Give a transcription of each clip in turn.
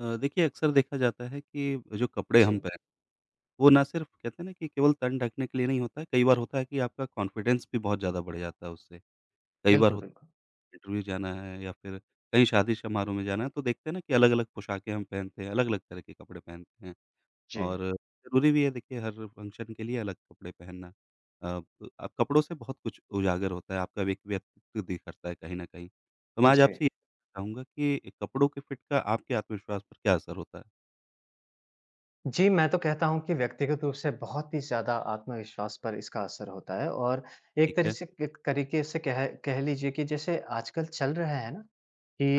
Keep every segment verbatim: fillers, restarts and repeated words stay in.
अ, देखिए अक्सर देखा जाता है कि जो कपड़े जी, हम पहने वो ना सिर्फ कहते हैं ना कि केवल तन ढकने के लिए नहीं होता है, कई बार होता है कि आपका कॉन्फिडेंस भी बहुत ज़्यादा बढ़ जाता है उससे। कई बार बिल्कुल, होता बिल्कुल। है इंटरव्यू जाना है या फिर कहीं शादी समारोह में जाना है तो देखते हैं ना कि अलग-अलग पोशाकें हम पहनते हैं, अलग-अलग तरह के कपड़े पहनते हैं जी। और ज़रूरी भी है देखिए हर फंक्शन के लिए अलग कपड़े पहनना। अ, तो आप कपड़ों से बहुत कुछ उजागर होता है, आपका व्यक व्यक्तित्व दिखता है कहीं न कहीं। तो मैं आज जी। आपसे ये चाहूँगा कि कपड़ों के फिट का आपके आत्मविश्वास पर क्या असर होता है? जी, मैं तो कहता हूँ कि व्यक्तिगत रूप से बहुत ही ज़्यादा आत्मविश्वास पर इसका असर होता है और एक ठीक तरी है। से एक तरीके से कह कह लीजिए कि जैसे आजकल चल रहा है ना,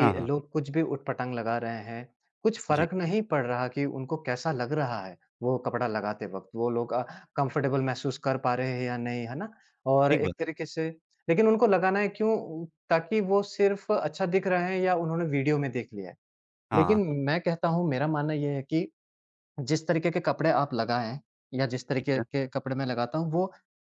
हाँ, हाँ। लोग कुछ भी ऊट-पटांग लगा रहे हैं, कुछ जी, फ़र्क नहीं पड़ रहा कि उनको कैसा लग रहा है, वो कपड़ा लगाते वक़्त, वो लोग अ, कंफ़र्टेबल महसूस कर पा रहे हैं या नहीं, है ना? और ठीक एक बात है। तरीके से लेकिन उनको लगाना है क्यों? ताकि वो सिर्फ़ अच्छा दिख रहे हैं या उन्होंने वीडियो में देख लिया है। लेकिन हाँ, हाँ, मैं कहता हूँ, मेरा मानना ये है कि जिस तरीके के कपड़े आप लगाएँ या जिस ठीक तरीके है, के कपड़े मैं लगाता हूँ, वो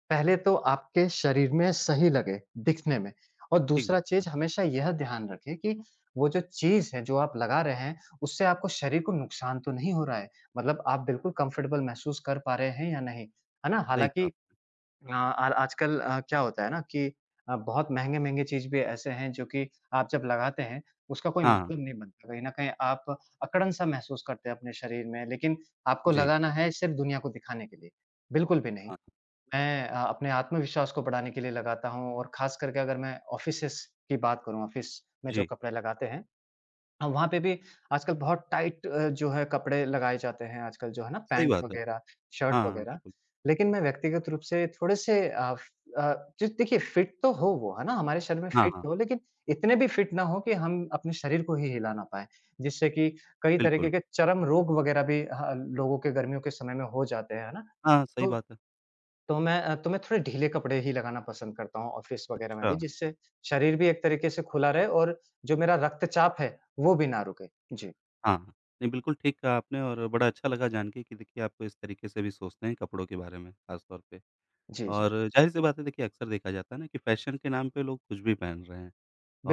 पहले तो आपके शरीर में सही लगे दिखने में, और ठीक दूसरा बात है। चीज़ हमेशा यह ध्यान रखें कि वो जो चीज़ है जो आप लगा रहे हैं, उससे आपको शरीर को नुकसान तो नहीं हो रहा है। मतलब आप बिल्कुल कंफर्टेबल महसूस कर पा रहे हैं या नहीं, है ना? सही कहा। हालाँकि। अ, और आजकल अ, क्या होता है ना कि अ, बहुत महँगे-महँगे चीज़ भी ऐसे हैं जो कि आप जब लगाते हैं, उसका कोई हाँ, हाँ। मतलब नहीं बनता। कहीं न कहीं आप अकड़न-सा महसूस करते हैं अपने शरीर में, लेकिन आपको जी, लगाना है सिर्फ़ दुनिया को दिखाने के लिए, बिल्कुल भी नहीं। हाँ, मैं अ, अपने आत्मविश्वास को बढ़ाने के लिए लगाता हूँ, और ख़ास करके अगर मैं ऑफ़िसेज़ की बात करूँ, ऑफ़िस में जो जी, कपड़े लगाते हैं, हाँ, वहाँ पे भी आजकल बहुत टाइट अ, जो है कपड़े लगाए जाते हैं आजकल जो है ना, सही पैंट बात है। वगैरह, शर्ट हाँ, हाँ, वगैरह। बिल्कुल। लेकिन मैं व्यक्तिगत रूप से थोड़े-से अ, फ अ, जो देखिए फिट तो हो वो, है ना? हमारे शरीर में हाँ, फिट हाँ, हो, लेकिन इतने भी फिट ना हो कि हम अपने शरीर को ही हिला ना पाएँ। जिससे कि कई तरीके बिल्कुल। के चर्म रोग वगैरह भी ह लोगों के गर्मियों के समय में हो जाते हैं, है ना? हाँ, सही तो बात है। तो मैं अ, तो मैं थोड़े ढीले कपड़े ही लगाना पसंद करता हूँ ऑफ़िस वग़ैरह में भी, अच्छा, जिससे शरीर भी एक तरीके से खुला रहे, और जो मेरा रक्तचाप है, वो भी ना रुके। जी। हाँ, हाँ। नहीं, बिल्कुल ठीक कहा आपने और बड़ा अच्छा लगा जान के कि देखिए आप इस तरीके से भी सोचते हैं कपड़ों के बारे में, ख़ास तौर पे। जी, जी। और ज़ाहिर-सी बात है देखिए अक्सर देखा जाता है ना कि फ़ैशन के नाम पे लोग कुछ भी पहन रहे हैं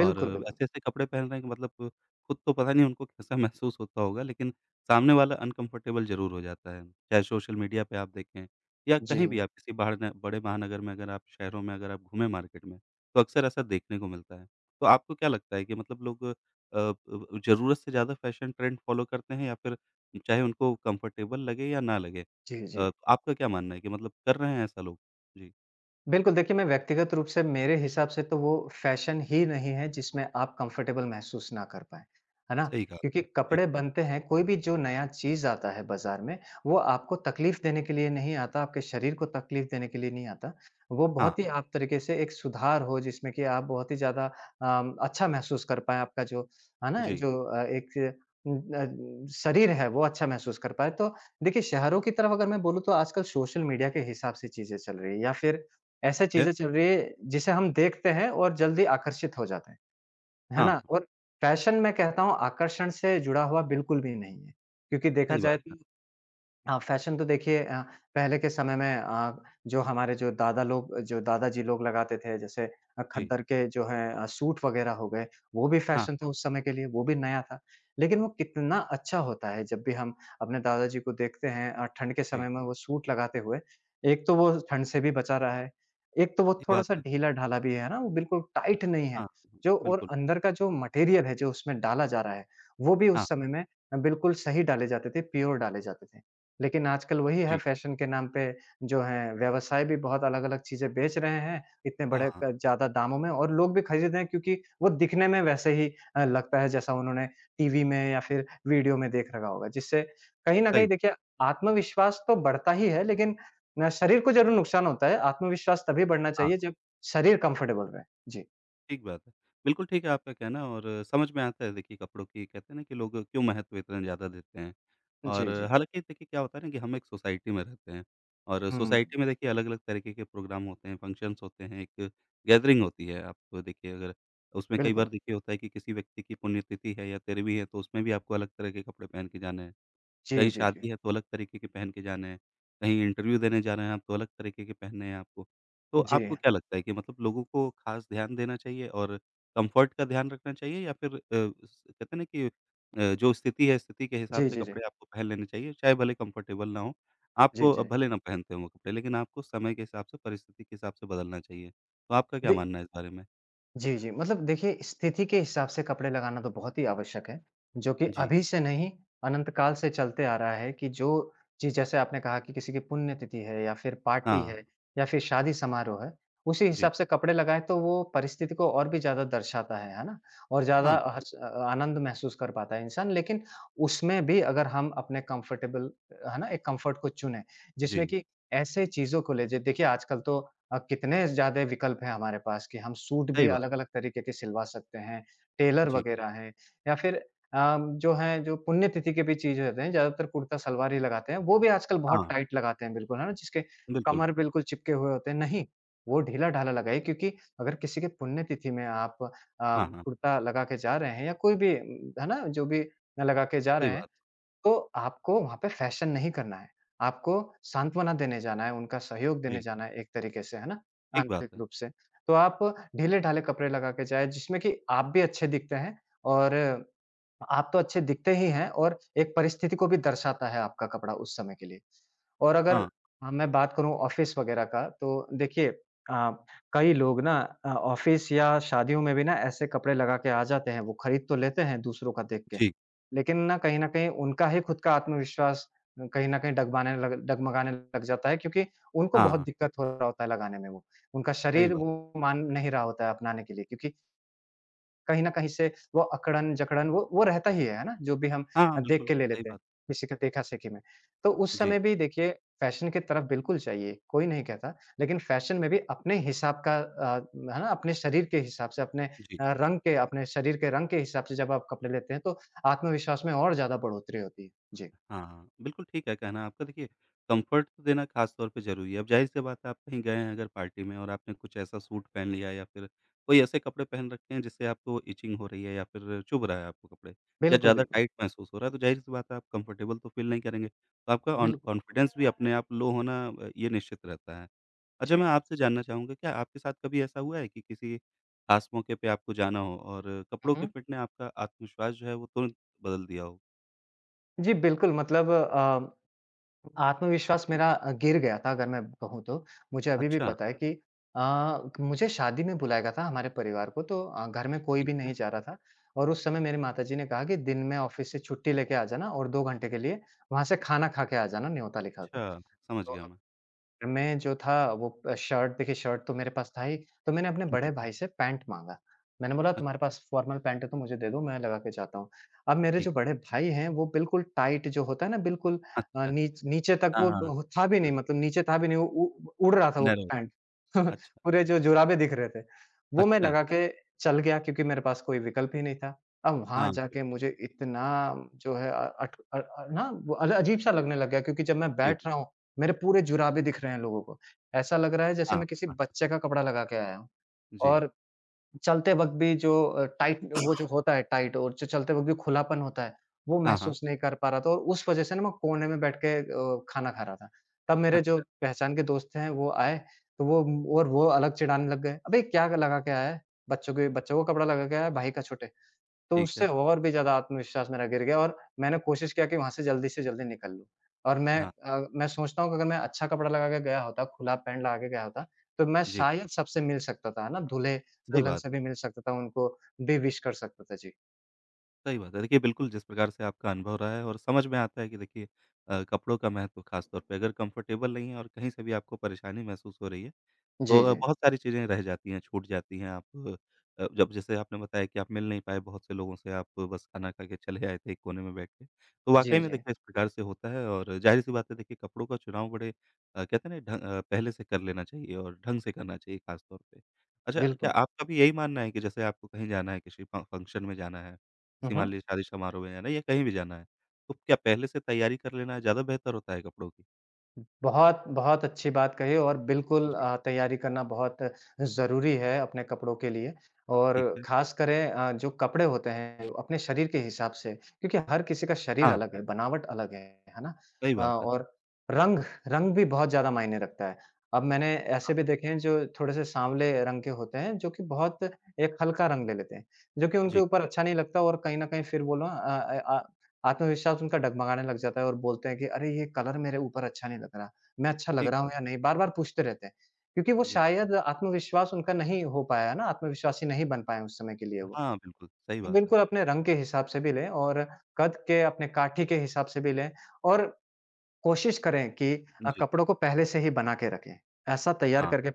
और बिल्कुल। ऐसे-ऐसे कपड़े पहन रहे हैं कि मतलब खुद तो पता नहीं उनको कैसा महसूस होता होगा लेकिन सामने वाला अनकम्फ़र्टेबल ज़रूर हो जाता है। चाहे सोशल मीडिया पे आप देखें या जी। कहीं भी आप किसी बाहर न बड़े महानगर में अगर आप शहरों में अगर आप घूमें मार्केट में, तो अक्सर ऐसा देखने को मिलता है। तो आपको क्या लगता है कि मतलब लोग अ, ब ज़रूरत से ज़्यादा फ़ैशन ट्रेंड फ़ॉलो करते हैं या फिर चाहे उनको कम्फ़र्टेबल लगे या ना लगे? जी, जी। अ, आपका क्या मानना है कि मतलब कर रहे हैं ऐसा लोग? जी, बिल्कुल, देखिए मैं व्यक्तिगत रूप से, मेरे हिसाब से, तो वो फ़ैशन ही नहीं है जिसमें आप कंफ़र्टेबल महसूस ना कर पाएँ, है ना? सही कहा क्योंकि आपने। जी, कपड़े बनते हैं, कोई भी जो नया चीज़ आता है बाज़ार में, वो आपको तकलीफ़ देने के लिए नहीं आता, आपके शरीर को तकलीफ़ देने के लिए नहीं आता। वो हाँ, बहुत ही आप तरीके से एक सुधार हो, जिसमें कि आप बहुत ही ज़्यादा अम, अच्छा महसूस कर पाएँ, आपका जो, है ना? जी, जो अ, एक उम, अ, शरीर है वो अच्छा महसूस कर पाएँ। तो देखिए शहरों की तरफ अगर मैं बोलूँ तो आजकल सोशल मीडिया के हिसाब से चीज़ें चल रही है, या फिर ऐसे ठीक है। चीज़ें चल रही है जिसे हम देखते हैं और जल्दी आकर्षित हो जाते हैं, है हाँ, ना? और फ़ैशन, मैं कहता हूँ, आकर्षण से जुड़ा हुआ बिल्कुल भी नहीं है, क्योंकि देखा सही जाए बात है। तो, हाँ, फ़ैशन तो देखिए अ, पहले के समय में अ, जो हमारे जो दादा लोग जो दादाजी लोग लगाते थे, जैसे अ, जी, खद्दर के जो हैं अ, सूट वग़ैरह हो गए, वो भी हाँ, फ़ैशन था उस समय के लिए, वो भी नया था। लेकिन वो कितना अच्छा होता है जब भी हम अपने दादाजी को देखते हैं अ, ठंड के जी, समय में वो सूट लगाते हुए। एक तो वो ठंड से भी बचा रहा है, एक तो वो ये बात थोड़ा-सा है। ढीला-ढाला भी है ना, वो बिल्कुल टाइट नहीं है। हाँ, जो और बिल्कुल। अंदर का जो मटेरियल है जो उसमें डाला जा रहा है, वो भी हाँ, उस समय में अ, बिल्कुल सही डाले जाते थे, प्योर डाले जाते थे। लेकिन आजकल वही है, जी, फैशन के नाम पे जो है, व्यवसाय भी बहुत अलग-अलग चीज़ें बेच रहे हैं, इतने हाँ, बड़े हाँ, क ज़्यादा दामों में, और लोग भी खरीद रहे हैं क्योंकि वो दिखने में वैसे ही अ, लगता है जैसा उन्होंने टीवी में या फिर वीडियो में देख रखा होगा। जिससे कहीं न सही कहीं बात। देखिए आत्मविश्वास तो बढ़ता ही है, लेकिन न शरीर को ज़रूर नुकसान होता है। आत्मविश्वास तभी बढ़ना हाँ। चाहिए जब शरीर कंफर्टेबल रहे। जी। ठीक बात है। बिल्कुल ठीक है आपका कहना और समझ में आता है देखिए कपड़ों की कहते हैं ना कि लोग क्यों महत्व इतना ज़्यादा देते हैं। और जी, जी। हालाँकि देखिए क्या होता है ना कि हम एक सोसाइटी में रहते हैं और हुँ, सोसाइटी में देखिए अलग-अलग तरीके के प्रोग्राम होते हैं, फंक्शंस होते हैं, एक गैदरिंग होती है। आप देखिए अगर उसमें कई बिल्कुल। बार देखिए होता है कि किसी व्यक्ति की पुण्यतिथि है या तेरहवीं है तो उसमें भी आपको अलग तरह के कपड़े पहन के जाने हैं। जी, कहीं जी, जी। शादी है तो अलग तरीके के पहन के जाने हैं, कहीं इंटरव्यू देने जाना है आप तो अलग तरीके के पहनने हैं आपको। तो जी। आपको क्या लगता है कि मतलब लोगों को खास ध्यान देना चाहिए और कम्फर्ट का ध्यान रखना चाहिए या फिर अ, स कहते हैं ना कि अ, जो स्थिति है स्थिति के हिसाब जी, से जी, जी। कपड़े आपको पहन लेने चाहिए, चाहे भले कंफर्टेबल ना हो। जी, आपको जी। भले ना पहनते हों वो कपड़े लेकिन आपको समय के हिसाब से, परिस्थिति के हिसाब से बदलना चाहिए। तो आपका क्या दे मानना है इस बारे में? जी, जी। मतलब देखिए, स्थिति के हिसाब से कपड़े लगाना तो बहुत ही आवश्यक है, जो कि जी। अभी से नहीं, अनंत काल से चलते आ रहा है कि जो चीज़ जैसे आपने कहा कि किसी की पुण्यतिथि है या फिर पार्टी हाँ, है या फिर शादी समारोह है, उसी जी। हिसाब से कपड़े लगाएँ तो वो परिस्थिति को और भी ज़्यादा दर्शाता है, है ना? और हाँ, ज़्यादा बिल्कुल। हर्ष, अ, आनंद महसूस कर पाता है इंसान, लेकिन उसमें भी अगर हम अपने कंफर्टेबल, है ना, एक कंफर्ट को चुनें, जिसमें जी, कि ऐसे चीज़ों को ले जे देखिए आजकल तो अ, कितने ज़्यादा विकल्प हैं हमारे पास कि हम सूट भी सही बात है। अलग-अलग तरीके के सिलवा सकते हैं, टेलर जी। वगैरह हैं, या फिर अ, जो हैं जो पुण्यतिथि के भी चीज़ रहते हैं, ज़्यादातर कुर्ता-सलवार ही लगाते हैं, वो भी आजकल बहुत हाँ, टाइट लगाते हैं बिल्कुल, है ना? जिसके बिल्कुल। कमर बिल्कुल चिपके हुए होते हैं, नहीं, वो ढीला-ढाला लगाइए, क्योंकि अगर किसी के पुण्यतिथि में आप अ, हाँ, हाँ, कुर्ता लगा के जा रहे हैं, या कोई भी उम, है ना? जो भी लगा के जा सही रहे हैं, बात। तो आपको वहाँ पे फ़ैशन नहीं करना है। आपको सांत्वना देने जाना है, उनका सहयोग देने जी। जाना है एक तरीके से, है ना? ठीक बात आंतरिक है। रूप से। तो आप ढीले-ढाले कपड़े लगा के जाएँ जिसमें कि आप भी अच्छे दिखते हैं, और आप तो अच्छे दिखते ही हैं, और एक परिस्थिति को भी दर्शाता है आपका कपड़ा उस समय के लिए। और अगर हाँ, अ, मैं बात करूँ ऑफ़िस वग़ैरह का तो देखिए, अ, कई लोग ना, अ, ऑफ़िस या शादियों में भी ना ऐसे कपड़े लगा के आ जाते हैं, वो खरीद तो लेते हैं दूसरों का देख के। जी। लेकिन ना, कहीं न कहीं उनका ही खुद का आत्मविश्वास कहीं न कहीं डगमाने लग डगमगाने लग जाता है, क्योंकि उनको बहुत हाँ, दिक्कत हो रहा होता है लगाने में वो। उनका सही शरीर बात। वो मान नहीं रहा होता है अपनाने के लिए, क्योंकि कहीं न कहीं से वो अकड़न-जकड़न वो वो रहता ही है, है ना? जो भी हम हाँ, अ, हाँ, देख बिल्कुल, के ले सही लेते हैं, बात। किसी के देखा-सेखी में। तो उस जी, समय भी देखिए, फैशन की तरफ बिल्कुल चाहिए, कोई नहीं कहता, लेकिन फैशन में भी अपने हिसाब का, अ, है ना? अपने शरीर के हिसाब से, अपने जी। अ, रंग के अपने शरीर के रंग के हिसाब से जब आप कपड़े लेते हैं, तो आत्मविश्वास में और ज़्यादा बढ़ोतरी होती है। जी, हाँ, बिल्कुल ठीक है कहना आपका। देखिए, कम्फ़र्ट तो देना ख़ास तौर पे ज़रूरी है। अब ज़ाहिर-सी बात है, आप कहीं गए हैं अगर पार्टी में और आपने कुछ ऐसा सूट पहन लिया या फिर कोई ऐसे कपड़े पहन रखे हैं, जिससे आपको इचिंग हो रही है या फिर चुभ रहा है आपको कपड़े या बिल्कुल, ज़्यादा बिल्कुल। टाइट महसूस हो रहा है, तो ज़ाहिर-सी बात है, आप कम्फ़र्टेबल तो फ़ील नहीं करेंगे। तो आपका ऑन बिल्कुल। कॉन्फिडेंस भी अपने आप लो होना अ, ये निश्चित रहता है। अच्छा, जी। मैं आपसे जानना चाहूँगा, क्या आपके साथ कभी ऐसा हुआ है कि किसी ख़ास मौके पे आपको जाना हो और हुँ, कपड़ों के हुँ। फिट ने आपका आत्मविश्वास जो है, वो तुरंत बदल दिया हो? जी, बिल्कुल मतलब अ आत्मविश्वास जी। मेरा अ, गिर गया था, अगर मैं कहूँ तो। मुझे अभी भी अच्छा। पता है कि अ, मुझे शादी में बुलाया गया था, हमारे परिवार को, तो अ, घर में कोई ठीक भी है। नहीं जा रहा था, और उस समय मेरी माताजी ने कहा कि दिन में ऑफ़िस से छुट्टी लेके आ जाना, और 2 घंटे के लिए वहाँ से खाना खा के आ जाना, न्योता लिखा के। अच्छा, समझ तो गया मैं। मैं जो था वो अ, शर्ट, देखिए शर्ट तो मेरे पास था ही, तो मैंने अपने जी, बड़े भाई से पैंट माँगा। मैंने बोला तुम्हारे अच्छा, पास फ़ॉर्मल पैंट है तो मुझे दे दो, मैं लगा के जाता हूँ। अब मेरे जो ठीक है। बड़े भाई हैं वो बिल्कुल टाइट जो होता है ना, बिल्कुल, अ, अच्छा, नीच नीचे तक हाँ, वो हाँ, वो था भी नहीं, हाँ। मतलब नीचे था भी नहीं, वो उ उड़ रहा था वो नरम, पैंट। अच्छा, पूरे जो जुराबें दिख रहे थे। वो मैं अच्छा। लगा के चल गया, क्योंकि मेरे पास कोई विकल्प ही नहीं था। अब वहाँ हाँ, जाके बिल्कुल, मुझे इतना जो है अ, अट अ अ, ना वो अल अजीब-सा लगने लग गया, क्योंकि जब मैं बैठ रहा ठीक। हूँ, मेरे पूरे जुराबे दिख रहे हैं लोगों को। ऐसा लग रहा है जैसे हाँ, मैं किसी हाँ, बच्चे का कपड़ा लगा के आया हूँ। जी। और चलते वक़्त भी जो अ, टाइट वो जो होता है टाइट, और जो चलते वक़्त भी खुलापन होता है, वो हाँ, हाँ, महसूस नहीं कर पा रहा था, और उस वज़ह से ना, मैं कोने में बैठ के अ, खाना खा रहा था। तब मेरे जो अच्छा, पहचान के दोस्त हैं वो आए, तो वो, और वो अलग चिढ़ाने लग गए, "अबे! क्या लगा के आया है? बच्चों के बच्चों का कपड़ा लगा के आया है, भाई का छोटे।" तो ठीक उससे है। और भी ज़्यादा आत्मविश्वास मेरा गिर गया, और मैंने कोशिश किया कि वहाँ से जल्दी से जल्दी निकल लूँ। और मैं हाँ, अ, मैं सोचता हूँ कि अगर मैं अच्छा कपड़ा लगा के गया होता, खुला पैंट लगा के गया होता, तो मैं जी, शायद सबसे मिल सकता था, है ना? सही दूल्हे-दुल्हन बात से है, भी मिल सकता था, उनको भी विश कर सकता था। जी। सही बात है। देखिए, बिल्कुल जिस प्रकार से आपका अनुभव रहा है और समझ में आता है कि देखिए अ, कपड़ों का महत्व खास तौर पे अगर कंफर्टेबल नहीं है और कहीं से भी आपको परेशानी महसूस हो रही है, तो जी, अ, जी। बहुत सारी चीज़ें रह जाती हैं, छूट जाती हैं। आप अ, जब जैसे आपने बताया कि आप मिल नहीं पाए बहुत से लोगों से, आप बस खाना खा के चले आए थे एक कोने में बैठ के। तो जी, वाक़ई में जी। देखिए इस प्रकार से होता है और ज़ाहिर-सी बात है देखिए कपड़ों का चुनाव बड़े अ, कहते हैं ना ढंग अ, पहले से कर लेना चाहिए और ढंग से करना चाहिए ख़ास तौर पे। अच्छा, क्या बिल्कुल। आपका भी यही मानना है कि जैसे आपको कहीं जाना है, किसी फ़ फ़ंक्शन में जाना है, हुँ, किसी मान हुँ। लीजिए शादी समारोह में जाना है या कहीं भी जाना है, तो क्या पहले से तैयारी कर लेना ज़्यादा बेहतर होता है कपड़ों की? बहुत, बहुत अच्छी बात कही और बिल्कुल जी, अ, तैयारी करना बहुत ज़रूरी है अपने कपड़ों के लिए ठीक और है। ख़ास करें अ, जो कपड़े होते हैं अपने शरीर के हिसाब से क्योंकि हर किसी का शरीर हाँ, अलग है, बनावट अलग है, है ना? सही अ, बात है। और रंग रंग भी बहुत ज़्यादा मायने रखता है। अब मैंने हाँ, ऐसे भी हाँ। देखे हैं जो थोड़े-से सांवले रंग के होते हैं जो कि बहुत एक हल्का रंग ले लेते हैं, जो कि उनके जी। ऊपर अच्छा नहीं लगता और कहीं न कहीं फिर वो ना अ अ, आत्मविश्वास उनका डगमगाने लग जाता है और बोलते हैं कि अरे ये कलर मेरे ऊपर अच्छा नहीं लग रहा, मैं अच्छा लग ठीक रहा हूँ बात, या नहीं? बार-बार पूछते रहते हैं। क्योंकि वो जी। शायद आत्मविश्वास उनका नहीं हो पाया है ना, आत्मविश्वासी नहीं बन पाए उस समय के लिए वो। हाँ, बिल्कुल, सही बात है। बिल्कुल अपने रंग के हिसाब से भी लें और कद के, अपने काठी के हिसाब से भी लें और कोशिश करें कि अ, जी, कपड़ों को पहले से ही बना के रखें। ऐसा तैयार हाँ, करके अ,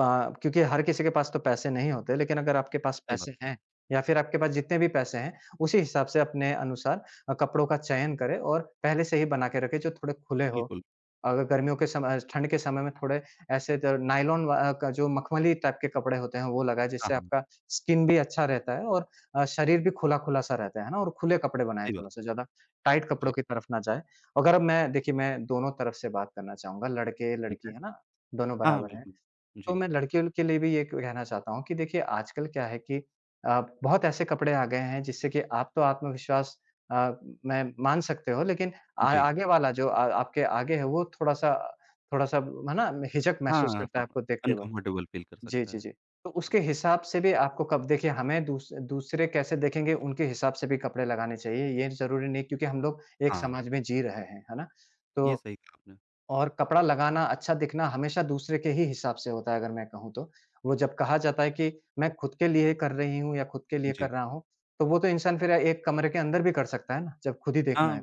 क्योंकि हर किसी के पास तो पैसे नहीं होते, लेकिन अगर आपके पास सही बात पैसे है, हैं या फिर आपके पास जितने भी पैसे हैं, उसी हिसाब से अपने अनुसार अ, कपड़ों का चयन करें और पहले से ही बना के रखें जो थोड़े खुले हो। बिल्कुल। अगर गर्मियों के समय ठंड के समय में थोड़े ऐसे ज नायलॉन व अ, का जो मखमली टाइप के कपड़े होते हैं वो लगाएँ हाँ, जिससे हाँ, आपका स्किन भी अच्छा रहता है और अ, शरीर भी खुला-खुला सा रहता है, है ना? और खुले कपड़े बनाएँ सही बात थोड़ा-सा है। ज़्यादा। टाइट कपड़ों जी, की तरफ ना जाएँ। अगर मैं देखिए मैं दोनों तरफ से बात करना चाहूँगा लड़के, ठीक लड़की है। है ना? दोनों हाँ, हाँ, बराबर हैं। बिल्कुल। तो जी, मैं लड़कियों के लिए भी ये कहना चाहता हूँ कि देखिए आजकल क्या है कि अ, बहुत ऐसे कपड़े आ गए हैं जिससे कि आप तो आत्मविश्वास अ, मैं मान सकते हो लेकिन आ, जी। आगे वाला जो आ, आपके आगे है वो थोड़ा सा थोड़ा सा है ना हिचक हाँ, महसूस हाँ, करता है हाँ, आपको देखते वक्त। अनकम्फर्टेबल फ़ील कर जी, सकता जी, है। जी। तो जी, उसके हिसाब से भी आपको कब देखिए हमें दूस, दूसरे कैसे देखेंगे उनके हिसाब से भी कपड़े लगाने चाहिए, ये जरूरी नहीं क्योंकि हम लोग एक हाँ, समाज में जी रहे हैं, है ना? तो ये सही कहा आपने। और कपड़ा लगाना, अच्छा दिखना हमेशा दूसरे के ही हिसाब से होता है अगर मैं कहूँ तो। वो जब कहा जाता है कि मैं खुद के लिए कर रही हूँ या खुद के लिए जी, कर रहा हूँ, तो वो तो इंसान फिर एक कमरे के अंदर भी कर सकता है ना, जब खुद ही देखना हाँ, है।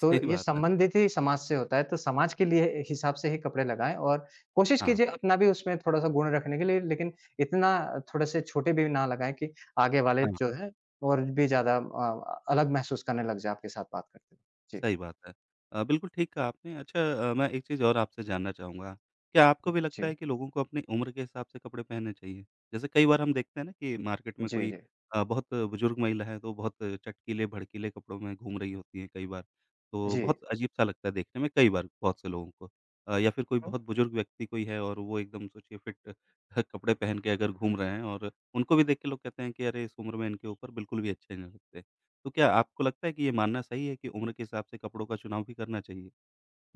तो ये बात है। संबंधित ही समाज से होता है, तो समाज के लिए ए, हिसाब से ही कपड़े लगाएँ और कोशिश हाँ, कीजिए अपना भी उसमें थोड़ा-सा गुण रखने के लिए, लेकिन इतना थोड़े से छोटे भी ना लगाएँ कि आगे वाले हाँ। जो हैं और भी ज़्यादा अ, अलग महसूस करने लग जाएँ आपके साथ बात करते हुए। जी, सही बात है। अ, बिल्कुल ठीक कहा आपने। अच्छा अ, मैं एक चीज़ और आपसे जानना चाहूँगा, क्या आपको भी लगता जी, है कि लोगों को अपनी उम्र के हिसाब से कपड़े पहनने चाहिए? जैसे कई बार हम देखते हैं ना कि मार्केट में जी, कोई जी। अ, बहुत बुजुर्ग महिला है, तो बहुत चटकीले, भड़कीले कपड़ों में घूम रही होती हैं कई बार, तो जी। बहुत अजीब-सा लगता है देखने में कई बार बहुत से लोगों को। अ, या फिर कोई बहुत बुजुर्ग व्यक्ति कोई है और वो एकदम सोचिए फिट कपड़े पहन के अगर घूम रहे हैं और उनको भी देख के लोग कहते हैं कि अरे! इस उम्र में इनके ऊपर बिल्कुल भी अच्छे नहीं लगते। तो क्या आपको लगता है कि ये मानना सही है कि उम्र के हिसाब से कपड़ों का चुनाव भी करना चाहिए?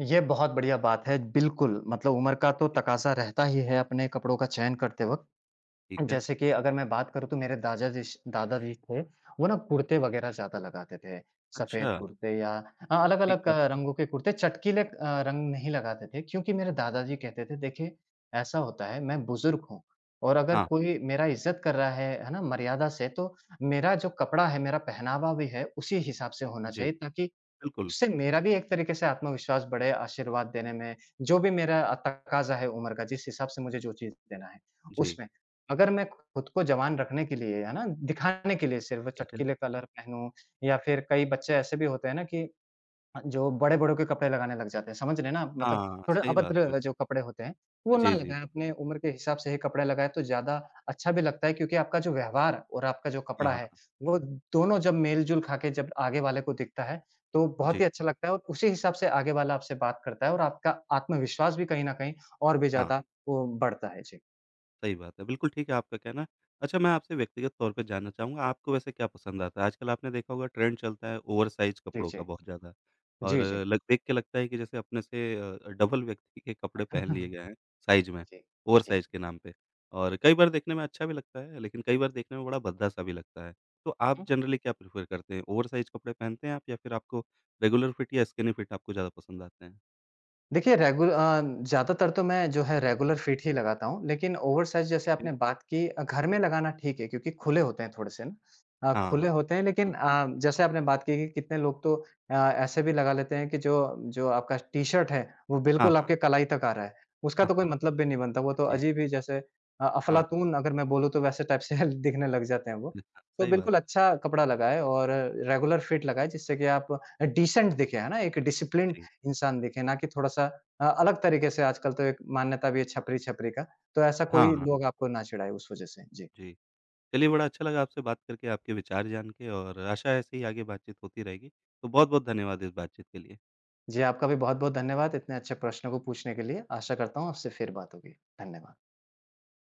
ये बहुत बढ़िया बात है, बिल्कुल। मतलब उम्र का तो तकाज़ा रहता ही है अपने कपड़ों का चयन करते वक़्त। ठीक है। जैसे कि अगर मैं बात करूँ तो मेरे दादा जिश दादा जी थे, वो ना कुर्ते वग़ैरह ज़्यादा लगाते थे। सफ़ेद अच्छा, कुर्ते या अ, ठीक अलग-अलग बात है। रंगों के कुर्ते, चटकीले अ, रंग नहीं लगाते थे क्योंकि मेरे दादा जी कहते थे, "देखिए, ऐसा होता है, मैं बुज़ुर्ग हूँ और अगर हाँ, कोई मेरा इज़्ज़त कर रहा है, है ना, मर्यादा से, तो मेरा जो कपड़ा है, मेरा पहनावा भी है, उसी हिसाब से होना जी, चाहिए ताकि बिल्कुल। उससे मेरा भी एक तरीके से आत्मविश्वास बढ़े, आशीर्वाद देने में, जो भी मेरा अ, तकाज़ा है उम्र का, जिस हिसाब से मुझे जो चीज़ देना है, जी, उसमें। अगर मैं खुद को जवान रखने के लिए, है ना, दिखाने के लिए सिर्फ़ ठीक है। चटकीले कलर पहनूँ या फिर कई बच्चे ऐसे भी होते हैं ना कि हाँ, जो बड़े-बड़ों के कपड़े लगाने लग जाते हैं, समझ रहे हैं ना आप? मतलब हाँ, थोड़े सही बात, अभद्र जो बिल्कुल। कपड़े होते हैं, वो ना जी, जी, लगाएँ, बिल्कुल। अपने उम्र के हिसाब से ही कपड़े लगाएँ तो ज़्यादा अच्छा भी लगता है क्योंकि आपका जो व्यवहार और आपका जो हाँ, कपड़ा है, हाँ। वो दोनों जब मेल-जोल खा के जब आगे वाले को दिखता है, तो बहुत जी, ही अच्छा लगता है और उसी हिसाब से आगे वाला आपसे बात करता है और आपका आत्मविश्वास भी कहीं न कहीं और भी हाँ। ज़्यादा वो बढ़ता है। जी। सही बात है। बिल्कुल ठीक है आपका कहना। अच्छा मैं आपसे व्यक्तिगत तौर पे जानना चाहूँगा आपको वैसे क्या पसंद आता है? आजकल आपने देखा होगा ट्रेंड चलता है ओवरसाइज़ जी, कपड़ों जी। का बहुत ज़्यादा और जी, जी। लग देख के लगता है कि जैसे अपने से अ, डबल व्यक्ति के कपड़े पहन लिए गए हैं साइज़ में, जी। जी। ओवरसाइज़ के नाम पे और कई बार देखने में अच्छा भी लगता है लेकिन कई बार देखने में बड़ा भद्दा-सा भी लगता है। तो आप हुँ। जनरली क्या प्रेफ़र करते हैं? ओवरसाइज़ कपड़े पहनते हैं आप या फिर आपको रेगुलर फिट या स्किनी फिट आपको ज़्यादा पसंद आते हैं? देखिए रेगुल अ, ज़्यादातर तो मैं जो है रेगुलर फिट ही लगाता हूँ, लेकिन ओवरसाइज़ जैसे ठीक है। आपने बात की, अ, घर में लगाना ठीक है क्योंकि खुले होते हैं थोड़े से ना। अ, हाँ, खुले होते हैं लेकिन बिल्कुल। अ, जैसे आपने बात की कि कितने लोग तो अ, ऐसे भी लगा लेते हैं कि जो जो आपका टी-शर्ट है, वो हाँ, बिल्कुल हाँ। आपके कलाई तक आ रहा है। उसका हाँ, तो कोई हाँ। मतलब भी नहीं बनता, वो तो जी। अजीब ही जैसे अ, हाँ। अफ़लातून हाँ। अगर मैं बोलूँ तो वैसे टाइप से दिखने लग जाते हैं वो। अच्छा, तो सही बात बिल्कुल है। अच्छा कपड़ा लगाएँ और रेगुलर फिट लगाएँ जिससे कि आप अ, डिसेंट दिखें, है ना? एक डिसिप्लिन जी। इंसान दिखे, ना कि थोड़ा-सा अ, अलग तरीके से। आजकल तो एक मान्यता भी है छपरी-छपरी का, तो ऐसा कोई हाँ, लोग आपको ना चिढ़ाए उस वजह से। जी। जी। चलिए बड़ा अच्छा लगा आपसे बात करके, आपके विचार जान के और आशा है ऐसे ही आगे बातचीत होती रहेगी। तो बहुत-बहुत धन्यवाद इस बातचीत के लिए। जी, आपका भी बहुत-बहुत धन्यवाद इतने अच्छे प्रश्न को पूछने के लिए। आशा करता हूँ आपसे फिर बात होगी। धन्यवाद।